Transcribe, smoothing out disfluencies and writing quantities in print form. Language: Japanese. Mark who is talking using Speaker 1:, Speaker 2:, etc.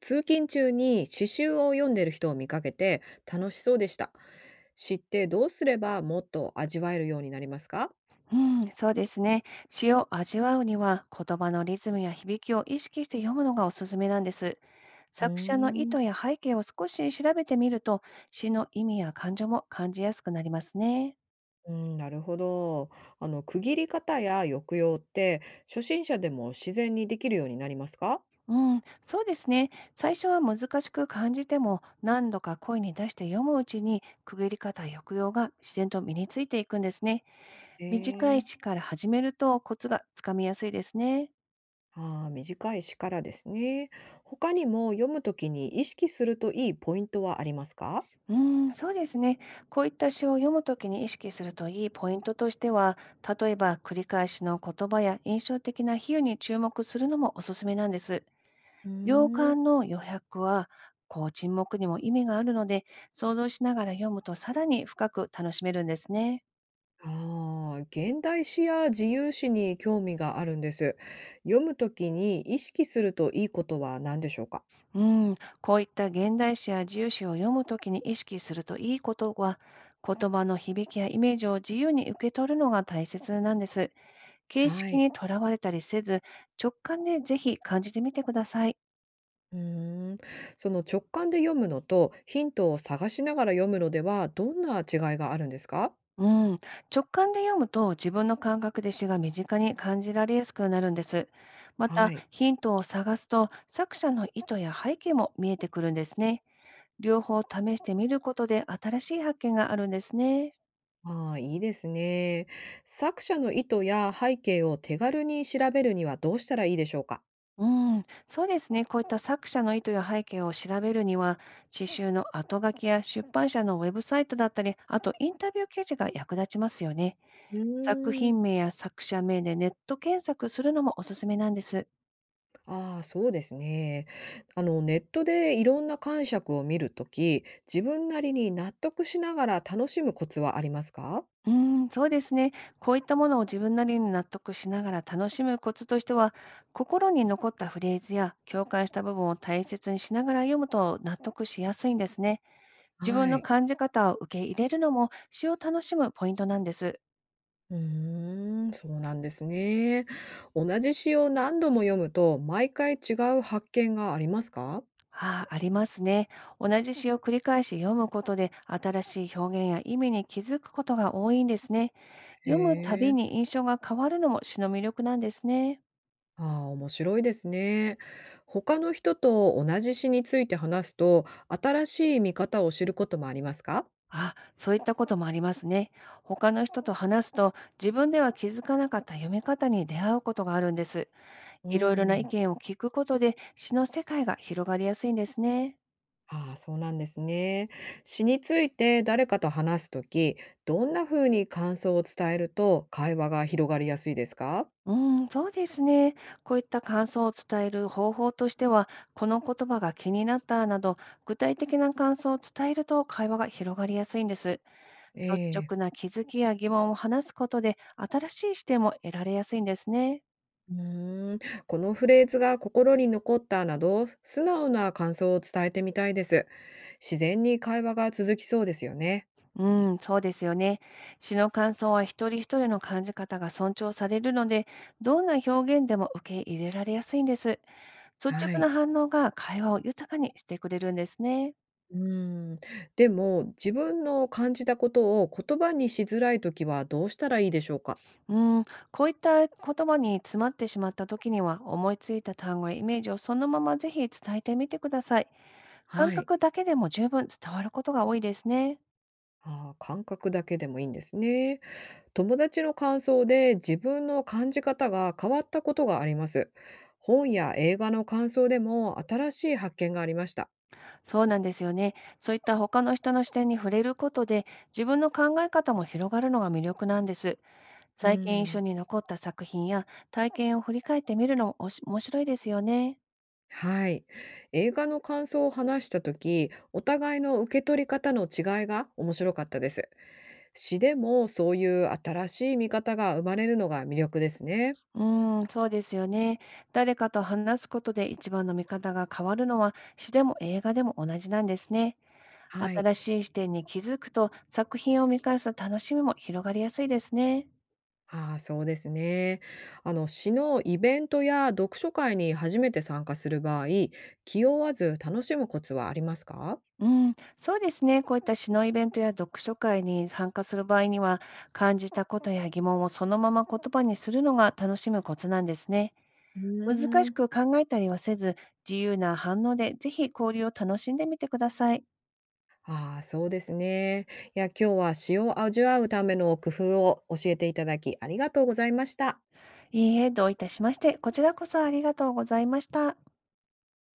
Speaker 1: 通勤中に詩集を読んでる人を見かけて楽しそうでした。詩ってどうすればもっと味わえるようになりますか？
Speaker 2: うん、そうですね。詩を味わうには、言葉のリズムや響きを意識して読むのがおすすめなんです。
Speaker 1: うー
Speaker 2: 作者の意
Speaker 1: ん、
Speaker 2: 図や背景を少し調べてみると、詩の意味や感情も感じやすくなりますね。
Speaker 1: うん、なるほど。あの、区切り方や抑揚って初心者でも自然にできるようになりますか？
Speaker 2: うん、そうですね。最初は難しく感じても、何度か声に出して読むうちに、区切り方や抑揚が自然と身についていくんですね。
Speaker 1: え
Speaker 2: 短い
Speaker 1: え、
Speaker 2: 詩から始めるとコツがつかみやすいですね。
Speaker 1: ああー、短い詩からですね。他にも読むときに意識するといいポイントはありますか？
Speaker 2: うーそうですね。こういった詩を読むときに意識するといいポイントとしては、例えば繰り返しの言葉や印象的な比喩に注目するのもおすすめなんです。
Speaker 1: うー
Speaker 2: 行
Speaker 1: ん、
Speaker 2: 間の余白は、こう沈黙にも意味があるので、想像しながら読むとさらに深く楽しめるんですね。
Speaker 1: ああ、現代詩や自由詩に興味があるんです。読むときに意識するといいことは何でしょうか？
Speaker 2: うん、こういった現代詩や自由詩を読むときに意識するといいことは、言葉の響きやイメージを自由に受け取るのが大切なんです。形
Speaker 1: は
Speaker 2: 式
Speaker 1: い。
Speaker 2: にとらわれたりせず、直感でぜひ感じてみてください。
Speaker 1: うーん。その直感で読むのとヒントを探しながら読むのではどんな違いがあるんですか？
Speaker 2: うん、直感で読むと自分の感覚で詩が身近に感じられやすくなるんです。ま
Speaker 1: は
Speaker 2: た、
Speaker 1: い。
Speaker 2: ヒントを探すと作者の意図や背景も見えてくるんですね。両方試してみることで新しい発見があるんですね。
Speaker 1: ああ、いいですね。作者の意図や背景を手軽に調べるにはどうしたらいいでしょうか？
Speaker 2: うん、そうですね。こういった作者の意図や背景を調べるには、詩集の後書きや出版社のウェブサイトだったり、あとインタビュー記事が役立ちますよね。
Speaker 1: う
Speaker 2: 作
Speaker 1: ーん。
Speaker 2: 品名や作者名でネット検索するのもおすすめなんです。
Speaker 1: ああ、そうですね。あの、ネットでいろんな解釈を見るとき、自分なりに納得しながら楽しむコツはありますか？
Speaker 2: うーそうですね。こういったものを自分なりに納得しながら楽しむコツとしては、心に残ったフレーズや共感した部分を大切にしながら読むと納得しやすいんですね。自分
Speaker 1: は
Speaker 2: の
Speaker 1: い。
Speaker 2: 感じ方を受け入れるのも詩を楽しむポイントなんです。
Speaker 1: うーん、そうなんですね。同じ詩を何度も読むと、毎回違う発見がありますか？
Speaker 2: ああ、ありますね。同じ詩を繰り返し読むことで新しい表現や意味に気づくことが多いんですね。
Speaker 1: へ
Speaker 2: 読むた
Speaker 1: え。
Speaker 2: びに印象が変わるのも詩の魅力なんですね。
Speaker 1: ああ、面白いですね。他の人と同じ詩について話すと、新しい見方を知ることもありますか？
Speaker 2: あ、そういったこともありますね。他の人と話すと自分では気づかなかった読み方に出会うことがあるんです。
Speaker 1: う
Speaker 2: いろいろな意
Speaker 1: ん。
Speaker 2: 見を聞くことで詩の世界が広がりやすいんですね。
Speaker 1: ああ、そうなんですね。詩について誰かと話すとき、どんなふうに感想を伝えると会話が広がりやすいですか？
Speaker 2: うん、そうですね。こういった感想を伝える方法としては、この言葉が気になったなど、具体的な感想を伝えると会話が広がりやすいんです。
Speaker 1: え
Speaker 2: 率
Speaker 1: え。
Speaker 2: 直な気づきや疑問を話すことで、新しい視点も得られやすいんですね。
Speaker 1: うーん、このフレーズが心に残ったなど、素直な感想を伝えてみたいです。自然に会話が続きそうですよね。
Speaker 2: うん、そうですよね。詩の感想は一人一人の感じ方が尊重されるので、どんな表現でも受け入れられやすいんです。率
Speaker 1: は
Speaker 2: 直な
Speaker 1: い。
Speaker 2: 反応が会話を豊かにしてくれるんですね。
Speaker 1: うーん。でも、自分の感じたことを言葉にしづらいときはどうしたらいいでしょうか？
Speaker 2: うん、こういった言葉に詰まってしまった時には、思いついた単語やイメージをそのままぜひ伝えてみてください。
Speaker 1: は
Speaker 2: 感
Speaker 1: い。
Speaker 2: 覚だけでも十分伝わることが多いですね。
Speaker 1: ああ、感覚だけでもいいんですね。友達の感想で自分の感じ方が変わったことがあります。本や映画の感想でも新しい発見がありました。
Speaker 2: そうなんですよね。そういった他の人の視点に触れることで、自分の考え方も広がるのが魅力なんです。
Speaker 1: う
Speaker 2: 最近一緒
Speaker 1: ん、
Speaker 2: に残った作品や体験を振り返ってみるのもおし面白いですよね。
Speaker 1: はい。映画の感想を話したとき、お互いの受け取り方の違いが面白かったです。詩でもそういう新しい見方が生まれるのが魅力ですね。
Speaker 2: そうですよね。誰かと話すことで一番の見方が変わるのは、詩でも映画でも同じなんですね。
Speaker 1: はい。
Speaker 2: 新しい視点に気づくと、作品を見返す楽しみも広がりやすいですね。
Speaker 1: ああ、そうですね。あの、詩のイベントや読書会に初めて参加する場合、気負わず楽しむコツはありますか？
Speaker 2: うん、そうですね。こういった詩のイベントや読書会に参加する場合には、感じたことや疑問をそのまま言葉にするのが楽しむコツなんですね。
Speaker 1: う
Speaker 2: 難
Speaker 1: ー
Speaker 2: し
Speaker 1: ん。
Speaker 2: く考えたりはせず、自由な反応でぜひ交流を楽しんでみてください。
Speaker 1: ああ、そうですね。いや、今日は詩を味わうための工夫を教えていただき、ありがとうございました。
Speaker 2: いいえ、どういたしまして、こちらこそありがとうございました。